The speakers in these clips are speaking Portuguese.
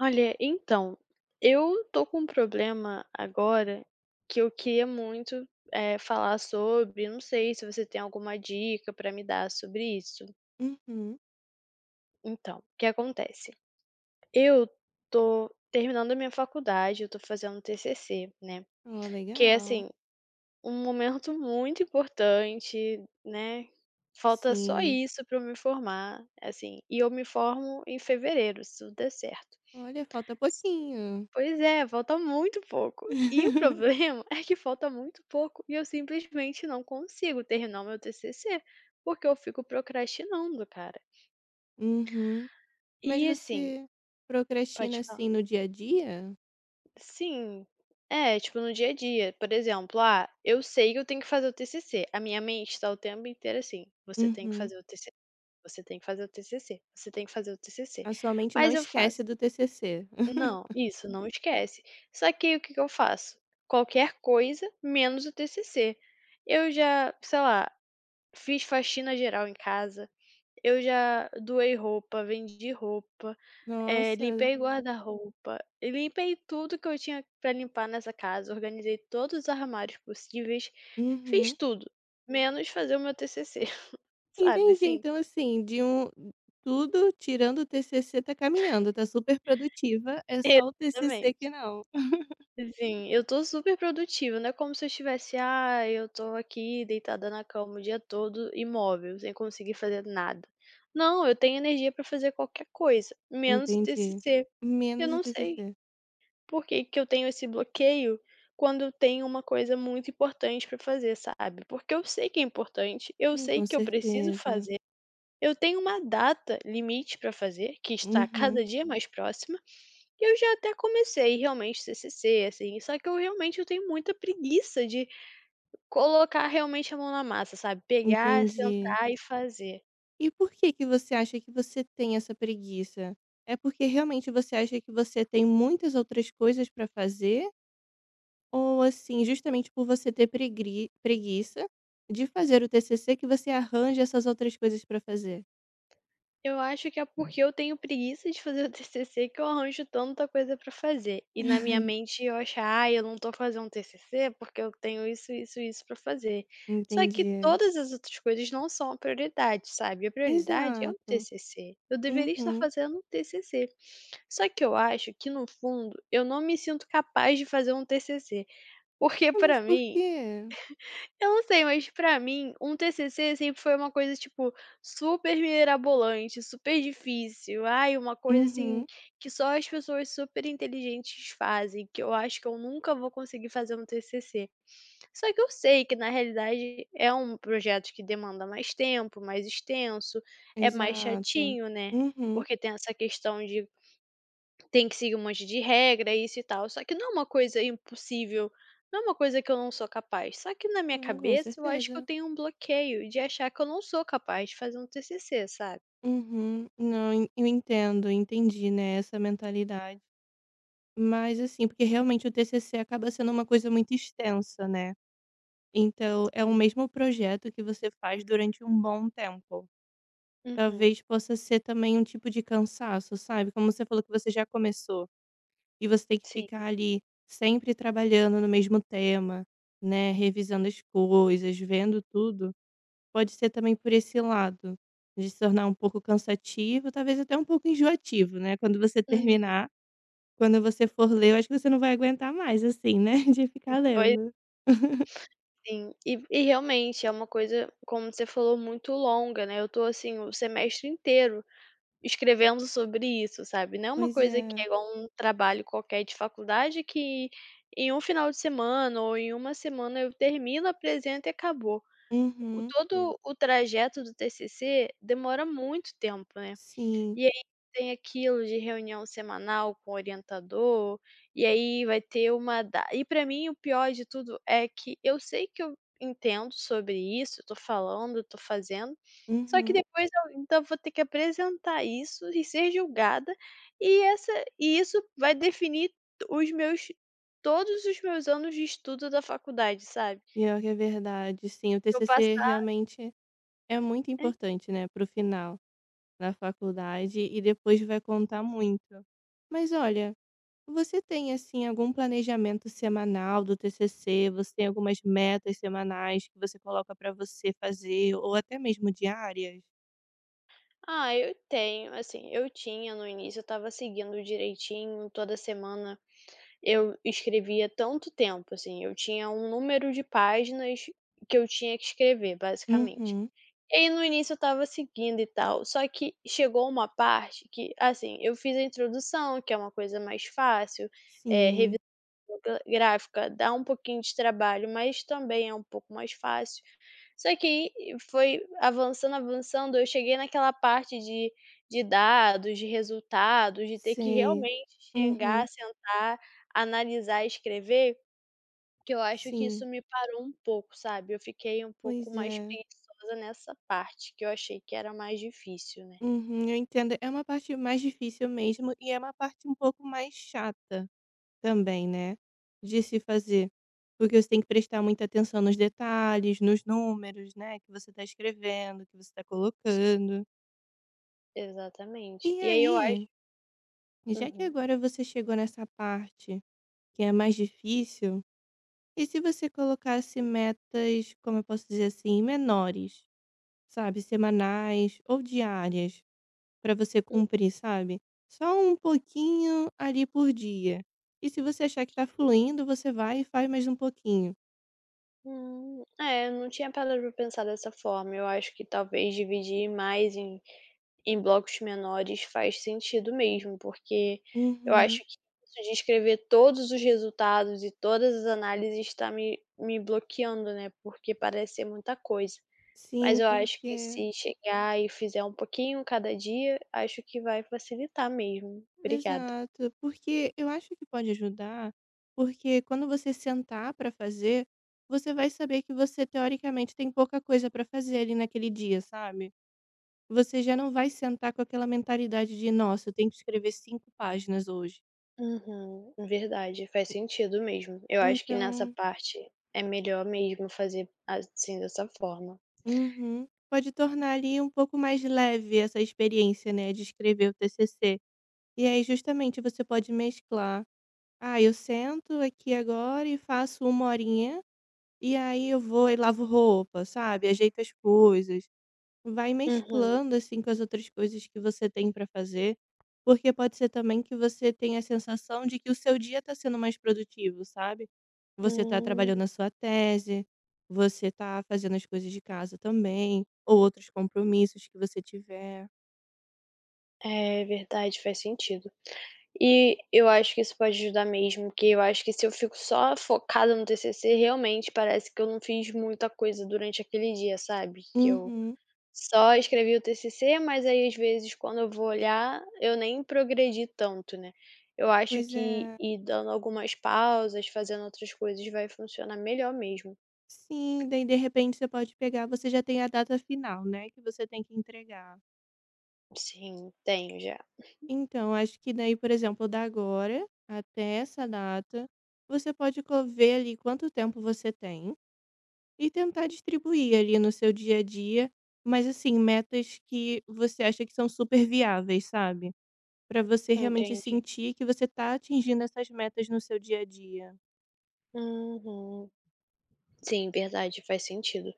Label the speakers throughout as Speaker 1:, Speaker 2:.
Speaker 1: Olha, então, eu tô com um problema agora que eu queria muito, falar sobre. Não sei se você tem alguma dica pra me dar sobre isso.
Speaker 2: Uhum.
Speaker 1: Então, o que acontece? Eu tô terminando a minha faculdade, eu tô fazendo TCC, né,
Speaker 2: Ó,
Speaker 1: que é,
Speaker 2: legal.
Speaker 1: assim, um momento muito importante, né, falta só
Speaker 2: Sim.
Speaker 1: isso pra eu me formar, assim, e eu me formo em fevereiro, se tudo der certo.
Speaker 2: Olha, falta pouquinho.
Speaker 1: Pois é, falta muito pouco. E o problema é que falta muito pouco e eu simplesmente não consigo terminar o meu TCC, porque eu fico procrastinando, cara.
Speaker 2: Uhum. Mas
Speaker 1: E assim,
Speaker 2: você procrastina,
Speaker 1: pode falar.
Speaker 2: assim, no dia a dia?
Speaker 1: Sim. É, tipo, no dia a dia, por exemplo, eu sei que eu tenho que fazer o TCC, a minha mente tá o tempo inteiro assim: "Você tem que
Speaker 2: Uhum.
Speaker 1: fazer o TCC, você tem que fazer o TCC, você tem que fazer o TCC",
Speaker 2: A sua mente não
Speaker 1: mas eu
Speaker 2: esquece
Speaker 1: faço.
Speaker 2: do TCC.
Speaker 1: Não, isso, não esquece. Só que aí o que que eu faço? Qualquer coisa menos o TCC. Eu já, sei lá, fiz faxina geral em casa, eu já doei roupa, vendi roupa,
Speaker 2: Nossa.
Speaker 1: limpei guarda-roupa, limpei tudo que eu tinha pra limpar nessa casa, organizei todos os armários possíveis, fiz
Speaker 2: Uhum.
Speaker 1: tudo, menos fazer o meu TCC, sabe
Speaker 2: Entendi.
Speaker 1: assim?
Speaker 2: Então, assim, de um tudo tirando o TCC tá caminhando, tá super produtiva, é só o TCC que
Speaker 1: Exatamente.
Speaker 2: não.
Speaker 1: Sim, eu tô super produtiva, não é como se eu estivesse: "Ah, eu tô aqui deitada na cama o dia todo, imóvel, sem conseguir fazer nada". Não, eu tenho energia pra fazer qualquer coisa, menos o
Speaker 2: Entendi.
Speaker 1: TCC. Eu
Speaker 2: Menos o
Speaker 1: não sei
Speaker 2: TCC.
Speaker 1: por que que eu tenho esse bloqueio quando eu tenho uma coisa muito importante pra fazer, sabe. Porque eu sei que é importante, eu sei
Speaker 2: Com
Speaker 1: que eu preciso
Speaker 2: certeza.
Speaker 1: fazer, eu tenho uma data limite pra fazer, que está
Speaker 2: Uhum.
Speaker 1: cada dia mais próxima, que eu já até comecei realmente CCC, assim, só que eu realmente eu tenho muita preguiça de colocar realmente a mão na massa, sabe, pegar,
Speaker 2: Entendi.
Speaker 1: sentar e fazer.
Speaker 2: E por que que você acha que você tem essa preguiça? É porque realmente você acha que você tem muitas outras coisas para fazer? Ou assim, justamente por você ter preguiça de fazer o TCC que você arranja essas outras coisas para fazer?
Speaker 1: Eu acho que é porque eu tenho preguiça de fazer o TCC que eu arranjo tanta coisa pra fazer. E na minha mente eu acho, "ah, eu não tô fazendo TCC porque eu tenho isso, isso, isso pra fazer". Só que
Speaker 2: Entendi.
Speaker 1: todas as outras coisas não são a prioridade, sabe. A prioridade é o
Speaker 2: Exato.
Speaker 1: TCC. Eu deveria estar
Speaker 2: Uhum.
Speaker 1: fazendo o TCC. Só que eu acho que no fundo eu não me sinto capaz de fazer um TCC, porque
Speaker 2: Ah, mas
Speaker 1: pra
Speaker 2: por
Speaker 1: mim
Speaker 2: quê?
Speaker 1: eu não sei, mas pra mim, um TCC sempre foi uma coisa, tipo, super mirabolante, super difícil. Ai, uma coisa, assim,
Speaker 2: Uhum.
Speaker 1: que só as pessoas super inteligentes fazem, que eu acho que eu nunca vou conseguir fazer um TCC. Só que eu sei que, na realidade, é um projeto que demanda mais tempo, mais extenso, é mais
Speaker 2: Exato.
Speaker 1: chatinho, né,
Speaker 2: Uhum.
Speaker 1: porque tem essa questão de tem que seguir um monte de regra, isso e tal. Só que não é uma coisa impossível, não é uma coisa que eu não sou capaz. Só que na minha
Speaker 2: Com
Speaker 1: cabeça eu acho que eu
Speaker 2: certeza.
Speaker 1: tenho um bloqueio de achar que eu não sou capaz de fazer um TCC, sabe.
Speaker 2: Uhum. Não, en eu entendo, entendi, né, essa mentalidade. Mas assim, porque realmente o TCC acaba sendo uma coisa muito extensa, né. Então é o
Speaker 1: Sim.
Speaker 2: mesmo projeto que você faz durante um bom tempo.
Speaker 1: Uhum.
Speaker 2: Talvez possa ser também um tipo de cansaço, sabe, como você falou que você já começou e você tem que ficar
Speaker 1: Sim.
Speaker 2: ali sempre trabalhando no mesmo tema, né, revisando as coisas, vendo tudo, pode ser também por esse lado, de se tornar um pouco cansativo, talvez até um pouco enjoativo, né, quando você
Speaker 1: Uhum.
Speaker 2: terminar quando você for ler, eu acho que você não vai aguentar mais, assim, né, de ficar
Speaker 1: Pois
Speaker 2: lendo.
Speaker 1: sim. E realmente é uma coisa, como você falou, muito longa, né. Eu tô, assim, o semestre inteiro escrevendo sobre isso, sabe. Não é uma
Speaker 2: Pois
Speaker 1: coisa que
Speaker 2: é.
Speaker 1: é igual um trabalho qualquer de faculdade que em um final de semana ou em uma semana eu termino, apresento e acabou. O
Speaker 2: Uhum.
Speaker 1: todo o trajeto do TCC demora muito tempo, né.
Speaker 2: Sim.
Speaker 1: E aí tem aquilo de reunião semanal com o orientador, e aí vai ter uma da e pra mim o pior de tudo é que eu sei que eu entendo sobre isso, eu tô falando, eu tô fazendo, só que
Speaker 2: Uhum.
Speaker 1: depois eu ainda vou ter que apresentar isso e ser julgada, e essa e isso vai definir os meus todos os meus anos de estudo da faculdade, sabe.
Speaker 2: Pior que é verdade, sim. O
Speaker 1: Eu
Speaker 2: TCC
Speaker 1: passar
Speaker 2: realmente é muito
Speaker 1: é.
Speaker 2: importante, né, para o final da faculdade e depois vai contar muito. Mas olha, você tem, assim, algum planejamento semanal do TCC? Você tem algumas metas semanais que você coloca pra você fazer ou até mesmo diárias?
Speaker 1: Ah, eu tenho, assim, eu tinha no início, eu estava seguindo direitinho, toda semana eu escrevia tanto tempo, assim, eu tinha um número de páginas que eu tinha que escrever, basicamente.
Speaker 2: Uhum.
Speaker 1: E aí, no início eu estava seguindo e tal, só que chegou uma parte que, assim, eu fiz a introdução, que é uma coisa mais fácil, eh,
Speaker 2: Sim.
Speaker 1: gra gráfica dá um pouquinho de trabalho, mas também é um pouco mais fácil. Só que aí foi avançando, avançando, eu cheguei naquela parte de dados, de resultados, de ter que
Speaker 2: Sei.
Speaker 1: realmente
Speaker 2: Uhum.
Speaker 1: chegar, sentar, analisar, escrever, que eu acho que isso
Speaker 2: Sim.
Speaker 1: me parou um pouco, sabe. Eu fiquei um pouco
Speaker 2: Pois
Speaker 1: mais
Speaker 2: é.
Speaker 1: preguiçosa nessa parte, que eu achei que era mais difícil, né.
Speaker 2: Uhum, eu entendo. É uma parte mais difícil mesmo e é uma parte um pouco mais chata também, né, de se fazer. Porque você tem que prestar muita atenção nos detalhes, nos números, né, que você está escrevendo, que você está
Speaker 1: Sim,
Speaker 2: colocando.
Speaker 1: exatamente.
Speaker 2: E
Speaker 1: E aí eu acho.
Speaker 2: aí, já que
Speaker 1: Uhum.
Speaker 2: agora você chegou nessa parte que é mais difícil, e se você colocasse metas, como eu posso dizer assim, menores, sabe, semanais ou diárias? Para você cumprir, sabe. Só um pouquinho ali por dia. E se você achar que tá fluindo, você vai e faz mais um pouquinho.
Speaker 1: É, eu não tinha parado pra pensar dessa forma. Eu acho que talvez dividir mais em blocos menores faz sentido mesmo, porque eu acho
Speaker 2: Uhum.
Speaker 1: que isso de escrever todos os resultados e todas as análises está me bloqueando, né, porque parece ser muita coisa. Mas
Speaker 2: Sim,
Speaker 1: eu acho que
Speaker 2: porque
Speaker 1: se chegar e fizer um pouquinho cada dia, acho que vai facilitar mesmo. Obrigada.
Speaker 2: exato. Porque eu acho que pode ajudar, porque quando você sentar para fazer, você vai saber que você teoricamente tem pouca coisa para fazer ali naquele dia, sabe. Você já não vai sentar com aquela mentalidade de: "Nossa, eu tenho que escrever 5 páginas hoje".
Speaker 1: Uhum, verdade, faz sentido mesmo. Eu acho que nessa
Speaker 2: Então
Speaker 1: parte é melhor mesmo fazer assim dessa forma.
Speaker 2: Uhum. Pode tornar ali um pouco mais leve essa experiência, né, de escrever o TCC. E aí justamente você pode mesclar. Ah, eu sento aqui agora e faço uma horinha, e aí eu vou e lavo roupa, sabe, ajeito as coisas. Vai
Speaker 1: Uhum.
Speaker 2: mesclando, assim, com as outras coisas que você tem para fazer, porque pode ser também que você tenha a sensação de que o seu dia está sendo mais produtivo, sabe. Você está
Speaker 1: Hum.
Speaker 2: trabalhando na sua tese, você está fazendo as coisas de casa também, ou outros compromissos que você tiver.
Speaker 1: É verdade, faz sentido. E eu acho que isso pode ajudar mesmo, porque eu acho que se eu fico só focada no TCC, realmente parece que eu não fiz muita coisa durante aquele dia, sabe? Que eu
Speaker 2: Uhum.
Speaker 1: só escrevi o TCC, mas aí às vezes quando eu vou olhar, eu nem progredi tanto, né? Eu acho
Speaker 2: Pois é.
Speaker 1: que ir dando algumas pausas, fazendo outras coisas vai funcionar melhor mesmo.
Speaker 2: Sim, daí de repente você pode pegar você já tem a data final, né, que você tem que entregar.
Speaker 1: Sim, tenho já.
Speaker 2: Então acho que daí, por exemplo, da agora até essa data, você pode co ver ali quanto tempo você tem e tentar distribuir ali no seu dia a dia, mas assim, metas que você acha que são super viáveis, sabe? Para você realmente
Speaker 1: Entendi.
Speaker 2: sentir que você tá atingindo essas metas no seu dia a dia.
Speaker 1: Uhum. Sim, verdade, faz sentido.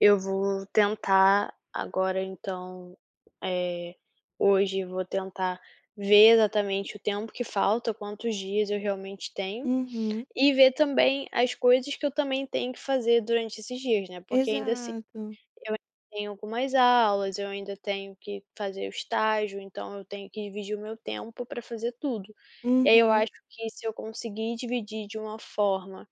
Speaker 1: Eu vou tentar agora então, eh, hoje eu vou tentar ver exatamente o tempo que falta, quantos dias eu realmente tenho,
Speaker 2: Uhum,
Speaker 1: e ver também as coisas que eu também tenho que fazer durante esses dias, né, porque ainda assim
Speaker 2: exato.
Speaker 1: eu ainda tenho algumas aulas, eu ainda tenho que fazer o estágio, então eu tenho que dividir o meu tempo para fazer tudo. E aí eu
Speaker 2: Uhum,
Speaker 1: acho que se eu conseguir dividir de uma forma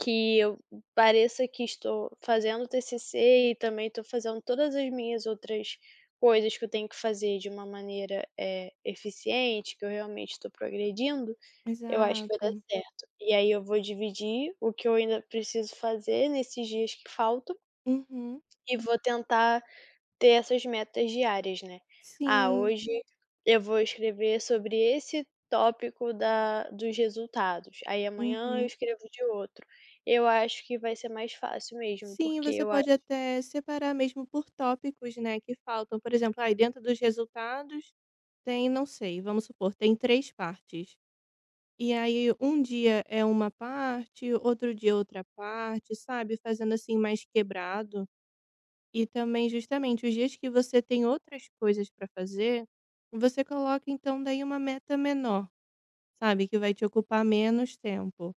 Speaker 1: que eu pareça que estou fazendo TCC e também estou fazendo todas as minhas outras coisas que eu tenho que fazer de uma maneira, eficiente, que eu realmente estou progredindo, eu acho que vai dar
Speaker 2: exato.
Speaker 1: certo. E aí eu vou dividir o que eu ainda preciso fazer nesses dias que faltam
Speaker 2: Uhum,
Speaker 1: e vou tentar ter essas metas diárias, né. Ah,
Speaker 2: sim.
Speaker 1: hoje eu vou escrever sobre esse tópico da dos resultados, aí amanhã eu
Speaker 2: Uhum.
Speaker 1: escrevo de outro. Eu acho que vai ser mais fácil mesmo,
Speaker 2: Sim,
Speaker 1: porque
Speaker 2: você
Speaker 1: eu
Speaker 2: pode
Speaker 1: acho.
Speaker 2: até separar mesmo por tópicos, né, que faltam. Por exemplo, aí dentro dos resultados tem, não sei, vamos supor, tem 3 partes. E aí um dia é uma parte, outro dia é outra parte, sabe, fazendo assim mais quebrado. E também, justamente, os dias que você tem outras coisas para fazer, você coloca então daí uma meta menor, sabe, que vai te ocupar menos tempo.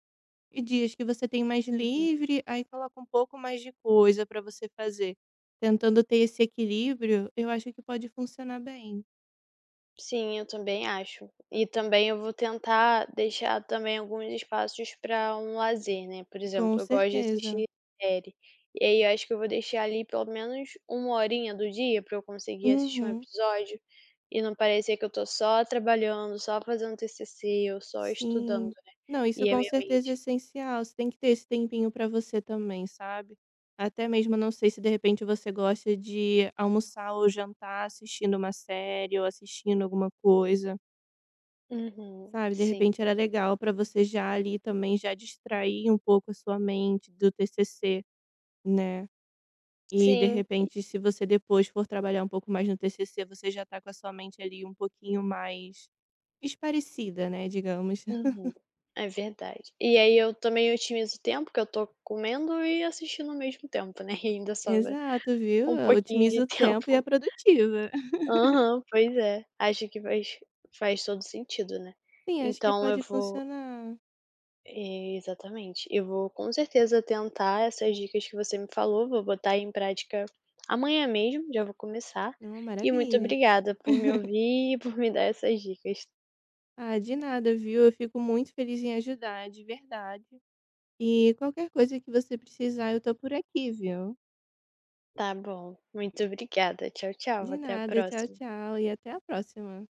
Speaker 2: E dias que você tem mais livre, aí coloca um pouco mais de coisa para você fazer. Tentando ter esse equilíbrio, eu acho que pode funcionar bem.
Speaker 1: Sim, eu também acho. E também eu vou tentar deixar também alguns espaços para um lazer, né. Por
Speaker 2: Com
Speaker 1: exemplo, eu gosto de
Speaker 2: certeza.
Speaker 1: assistir série, e aí eu acho que eu vou deixar ali pelo menos uma horinha do dia para eu conseguir assistir um
Speaker 2: Uhum.
Speaker 1: episódio, e não parecer que eu tô só trabalhando, só fazendo TCC ou só estudando,
Speaker 2: Sim.
Speaker 1: né.
Speaker 2: Não, isso
Speaker 1: E a
Speaker 2: com
Speaker 1: minha
Speaker 2: certeza é
Speaker 1: mente.
Speaker 2: essencial, você tem que ter esse tempinho pra você também, sabe. Até mesmo não sei se de repente você gosta de almoçar ou jantar assistindo uma série ou assistindo alguma coisa,
Speaker 1: Uhum,
Speaker 2: sabe. De
Speaker 1: sim.
Speaker 2: repente era legal pra você já ali também já distrair um pouco a sua mente do TCC, né. E de
Speaker 1: Sim,
Speaker 2: repente se você depois for trabalhar um pouco mais no TCC, você já tá com a sua mente ali um pouquinho mais esparecida, né, digamos.
Speaker 1: uhum. É verdade. E aí eu também otimizo o tempo que eu tô comendo e assistindo ao mesmo tempo, né, e ainda sobra.
Speaker 2: Exato, viu?
Speaker 1: Um pouquinho
Speaker 2: Otimiza
Speaker 1: de
Speaker 2: o tempo e é
Speaker 1: tempo.
Speaker 2: produtiva.
Speaker 1: Aham, pois é. Acho que faz todo sentido, né.
Speaker 2: Sim, acho que
Speaker 1: Então eu
Speaker 2: pode
Speaker 1: vou
Speaker 2: funcionar.
Speaker 1: é, exatamente. Eu vou com certeza tentar essas dicas que você me falou, vou botar em prática amanhã mesmo, já vou começar.
Speaker 2: É uma
Speaker 1: E muito
Speaker 2: maravilha.
Speaker 1: obrigada por me ouvir e por me dar essas dicas.
Speaker 2: Ah, de nada, viu? Eu fico muito feliz em ajudar, de verdade. E qualquer coisa que você precisar, eu tô por aqui, viu?
Speaker 1: Tá bom, muito obrigada. Tchau, tchau,
Speaker 2: De
Speaker 1: até a
Speaker 2: nada, tchau,
Speaker 1: próxima.
Speaker 2: tchau e até a próxima.